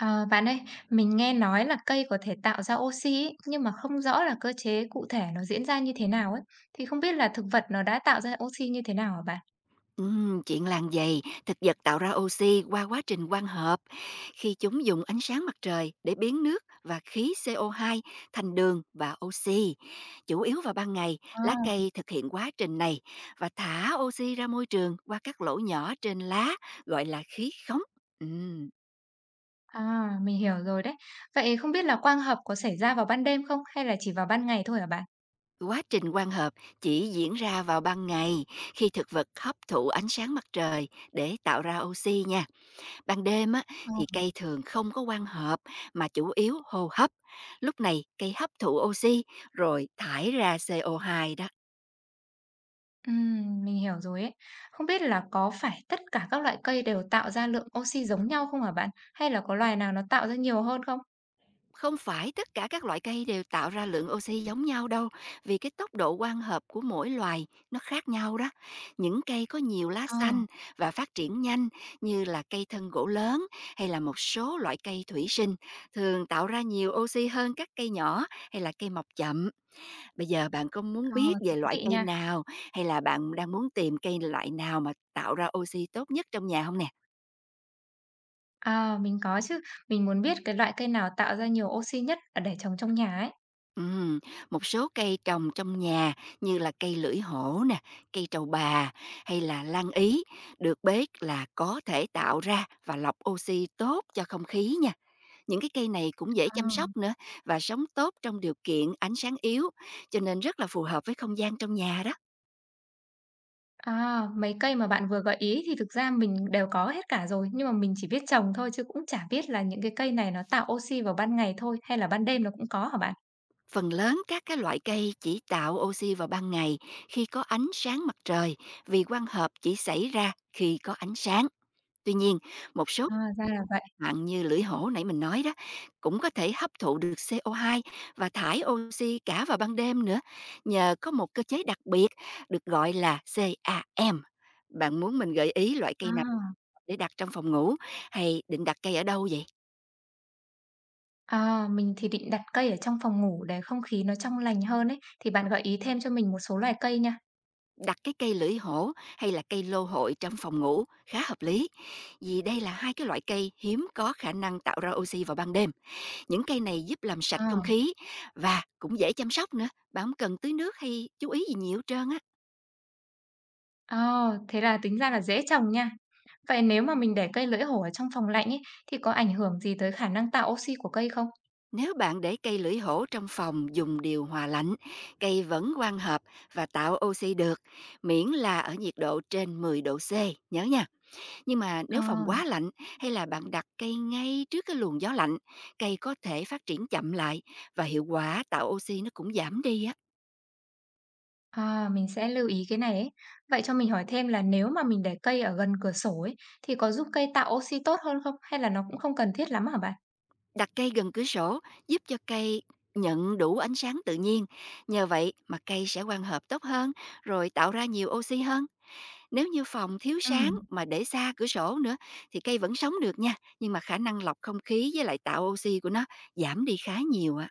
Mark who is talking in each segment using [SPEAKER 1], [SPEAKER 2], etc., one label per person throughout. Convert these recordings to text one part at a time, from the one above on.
[SPEAKER 1] Ờ, bạn ơi, mình nghe nói là cây có thể tạo ra oxy ấy, nhưng mà không rõ là cơ chế cụ thể nó diễn ra như thế nào ấy. Thì không biết là thực vật nó đã tạo ra oxy như thế nào hả bạn?
[SPEAKER 2] Chuyện làng dày, thực vật tạo ra oxy qua quá trình quang hợp. Khi chúng dùng ánh sáng mặt trời để biến nước và khí CO2 thành đường và oxy. Chủ yếu vào ban ngày, lá
[SPEAKER 1] À.
[SPEAKER 2] cây thực hiện quá trình này và thả oxy ra môi trường qua các lỗ nhỏ trên lá gọi là khí khống. Ừm,
[SPEAKER 1] À, mình hiểu rồi đấy. Vậy không biết là quang hợp có xảy ra vào ban đêm không hay là chỉ vào ban ngày thôi hả bạn?
[SPEAKER 2] Quá trình quang hợp chỉ diễn ra vào ban ngày khi thực vật hấp thụ ánh sáng mặt trời để tạo ra oxy nha. Ban đêm á,
[SPEAKER 1] Ờ.
[SPEAKER 2] thì cây thường không có quang hợp mà chủ yếu hô hấp. Lúc này cây hấp thụ oxy rồi thải ra CO2 đó.
[SPEAKER 1] Mình hiểu rồi ấy. Không biết là có phải tất cả các loại cây đều tạo ra lượng oxy giống nhau không hả bạn? Hay là có loài nào nó tạo ra nhiều hơn không?
[SPEAKER 2] Không phải tất cả các loại cây đều tạo ra lượng oxy giống nhau đâu, vì cái tốc độ quang hợp của mỗi loài nó khác nhau đó. Những cây có nhiều lá
[SPEAKER 1] Ờ.
[SPEAKER 2] xanh và phát triển nhanh, như là cây thân gỗ lớn hay là một số loại cây thủy sinh, thường tạo ra nhiều oxy hơn các cây nhỏ hay là cây mọc chậm. Bây giờ bạn có muốn
[SPEAKER 1] Ờ,
[SPEAKER 2] biết về
[SPEAKER 1] thú
[SPEAKER 2] loại
[SPEAKER 1] vị
[SPEAKER 2] cây
[SPEAKER 1] nha.
[SPEAKER 2] nào, hay là bạn đang muốn tìm cây loại nào mà tạo ra oxy tốt nhất trong nhà không nè?
[SPEAKER 1] À, mình có chứ. Mình muốn biết cái loại cây nào tạo ra nhiều oxy nhất, ở để trồng trong nhà ấy.
[SPEAKER 2] Ừm, một số cây trồng trong nhà như là cây lưỡi hổ nè, cây trầu bà hay là lan ý, được biết là có thể tạo ra và lọc oxy tốt cho không khí nha. Những cái cây này cũng dễ
[SPEAKER 1] À.
[SPEAKER 2] chăm sóc nữa và sống tốt trong điều kiện ánh sáng yếu, cho nên rất là phù hợp với không gian trong nhà đó.
[SPEAKER 1] À, mấy cây mà bạn vừa gợi ý thì thực ra mình đều có hết cả rồi, nhưng mà mình chỉ biết trồng thôi chứ cũng chả biết là những cái cây này nó tạo oxy vào ban ngày thôi, hay là ban đêm nó cũng có hả bạn?
[SPEAKER 2] Phần lớn các cái loại cây chỉ tạo oxy vào ban ngày khi có ánh sáng mặt trời, vì quang hợp chỉ xảy ra khi có ánh sáng. Tuy nhiên, một số
[SPEAKER 1] À, ra là vậy.
[SPEAKER 2] bạn như lưỡi hổ nãy mình nói đó cũng có thể hấp thụ được CO2 và thải oxy cả vào ban đêm nữa, nhờ có một cơ chế đặc biệt được gọi là CAM. Bạn muốn mình gợi ý loại cây nào
[SPEAKER 1] À.
[SPEAKER 2] để đặt trong phòng ngủ, hay định đặt cây ở đâu vậy?
[SPEAKER 1] À, mình thì định đặt cây ở trong phòng ngủ để không khí nó trong lành hơn ấy, thì bạn gợi ý thêm cho mình một số loài cây nha.
[SPEAKER 2] Đặt cái cây lưỡi hổ hay là cây lô hội trong phòng ngủ khá hợp lý, vì đây là hai cái loại cây hiếm có khả năng tạo ra oxy vào ban đêm. Những cây này giúp làm sạch không
[SPEAKER 1] À.
[SPEAKER 2] khí và cũng dễ chăm sóc nữa, bạn không cần tưới nước hay chú ý gì nhiều hết trơn á.
[SPEAKER 1] Ờ, thế là tính ra là dễ trồng nha. Vậy nếu mà mình để cây lưỡi hổ ở trong phòng lạnh ấy, thì có ảnh hưởng gì tới khả năng tạo oxy của cây không?
[SPEAKER 2] Nếu bạn để cây lưỡi hổ trong phòng dùng điều hòa lạnh, cây vẫn quang hợp và tạo oxy được, miễn là ở nhiệt độ trên 10 độ C, nhớ nha. Nhưng mà
[SPEAKER 1] Ờ,
[SPEAKER 2] nếu phòng quá lạnh, hay là bạn đặt cây ngay trước cái luồng gió lạnh, cây có thể phát triển chậm lại và hiệu quả tạo oxy nó cũng giảm đi á.
[SPEAKER 1] à, mình sẽ lưu ý cái này ấy. Vậy cho mình hỏi thêm là nếu mà mình để cây ở gần cửa sổ ấy, thì có giúp cây tạo oxy tốt hơn không? Hay là nó cũng không cần thiết lắm hả bạn?
[SPEAKER 2] Đặt cây gần cửa sổ giúp cho cây nhận đủ ánh sáng tự nhiên. Nhờ vậy mà cây sẽ quang hợp tốt hơn, rồi tạo ra nhiều oxy hơn. Nếu như phòng thiếu
[SPEAKER 1] Ừ.
[SPEAKER 2] sáng mà để xa cửa sổ nữa, thì cây vẫn sống được nha, nhưng mà khả năng lọc không khí với lại tạo oxy của nó giảm đi khá nhiều ạ.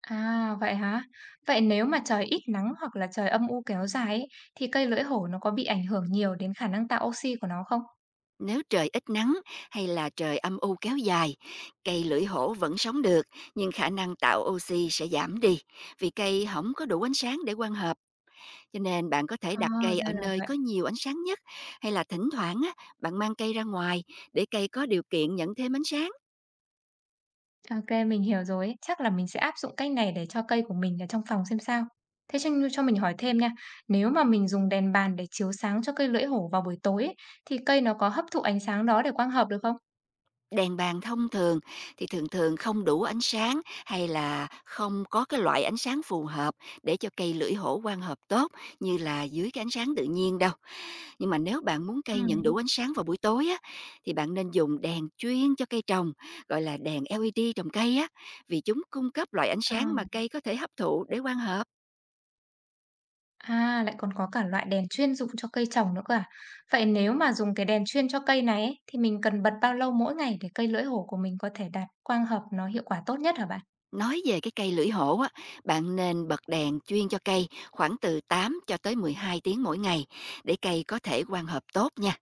[SPEAKER 1] À, vậy hả? Vậy nếu mà trời ít nắng hoặc là trời âm u kéo dài ấy, thì cây lưỡi hổ nó có bị ảnh hưởng nhiều đến khả năng tạo oxy của nó không?
[SPEAKER 2] Nếu trời ít nắng hay là trời âm u kéo dài, cây lưỡi hổ vẫn sống được, nhưng khả năng tạo oxy sẽ giảm đi, vì cây không có đủ ánh sáng để quang hợp, cho nên bạn có thể
[SPEAKER 1] Ờ,
[SPEAKER 2] đặt cây
[SPEAKER 1] ra
[SPEAKER 2] ở
[SPEAKER 1] là
[SPEAKER 2] nơi
[SPEAKER 1] vậy.
[SPEAKER 2] có nhiều ánh sáng nhất, hay là thỉnh thoảng á, bạn mang cây ra ngoài để cây có điều kiện nhận thêm ánh sáng.
[SPEAKER 1] OK, mình hiểu rồi ấy. Chắc là mình sẽ áp dụng cách này để cho cây của mình ở trong phòng xem sao. Thế cho mình hỏi thêm nha, nếu mà mình dùng đèn bàn để chiếu sáng cho cây lưỡi hổ vào buổi tối ấy, thì cây nó có hấp thụ ánh sáng đó để quang hợp được không?
[SPEAKER 2] Đèn bàn thông thường thì thường thường không đủ ánh sáng, hay là không có cái loại ánh sáng phù hợp để cho cây lưỡi hổ quang hợp tốt như là dưới cái ánh sáng tự nhiên đâu. Nhưng mà nếu bạn muốn cây nhận
[SPEAKER 1] Ừm.
[SPEAKER 2] đủ ánh sáng vào buổi tối á, thì bạn nên dùng đèn chuyên cho cây trồng, gọi là đèn LED trồng cây á, vì chúng cung cấp loại ánh
[SPEAKER 1] Ờ.
[SPEAKER 2] sáng mà cây có thể hấp thụ để quang hợp.
[SPEAKER 1] À, lại còn có cả loại đèn chuyên dụng cho cây trồng nữa cơ à? Vậy nếu mà dùng cái đèn chuyên cho cây này ấy, thì mình cần bật bao lâu mỗi ngày để cây lưỡi hổ của mình có thể đạt quang hợp nó hiệu quả tốt nhất hả bạn?
[SPEAKER 2] Nói về cái cây lưỡi hổ á, bạn nên bật đèn chuyên cho cây khoảng từ 8 cho tới 12 tiếng mỗi ngày để cây có thể quang hợp tốt nha.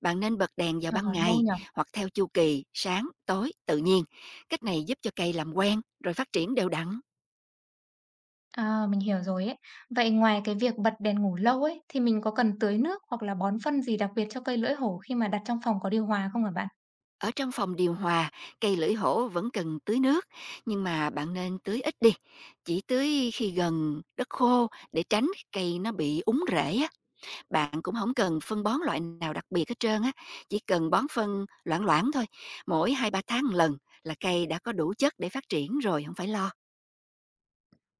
[SPEAKER 2] Bạn nên bật đèn vào
[SPEAKER 1] Ờ,
[SPEAKER 2] ban
[SPEAKER 1] lâu
[SPEAKER 2] ngày,
[SPEAKER 1] nhỉ?
[SPEAKER 2] hoặc theo chu kỳ sáng, tối tự nhiên. Cách này giúp cho cây làm quen rồi phát triển đều đặn.
[SPEAKER 1] À, mình hiểu rồi ấy. Vậy ngoài cái việc bật đèn ngủ lâu ấy, thì mình có cần tưới nước hoặc là bón phân gì đặc biệt cho cây lưỡi hổ khi mà đặt trong phòng có điều hòa không hả bạn?
[SPEAKER 2] Ở trong phòng điều hòa, cây lưỡi hổ vẫn cần tưới nước, nhưng mà bạn nên tưới ít đi, chỉ tưới khi gần đất khô để tránh cây nó bị úng rễ á. Bạn cũng không cần phân bón loại nào đặc biệt hết trơn á, chỉ cần bón phân loãng loãng thôi, mỗi hai ba tháng một lần là cây đã có đủ chất để phát triển rồi, không phải lo.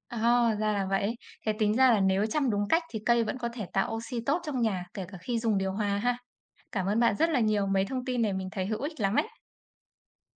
[SPEAKER 1] À, ra là vậy. Thế tính ra là nếu chăm đúng cách thì cây vẫn có thể tạo oxy tốt trong nhà, kể cả khi dùng điều hòa ha. Cảm ơn bạn rất là nhiều. Mấy thông tin này mình thấy hữu ích lắm ấy.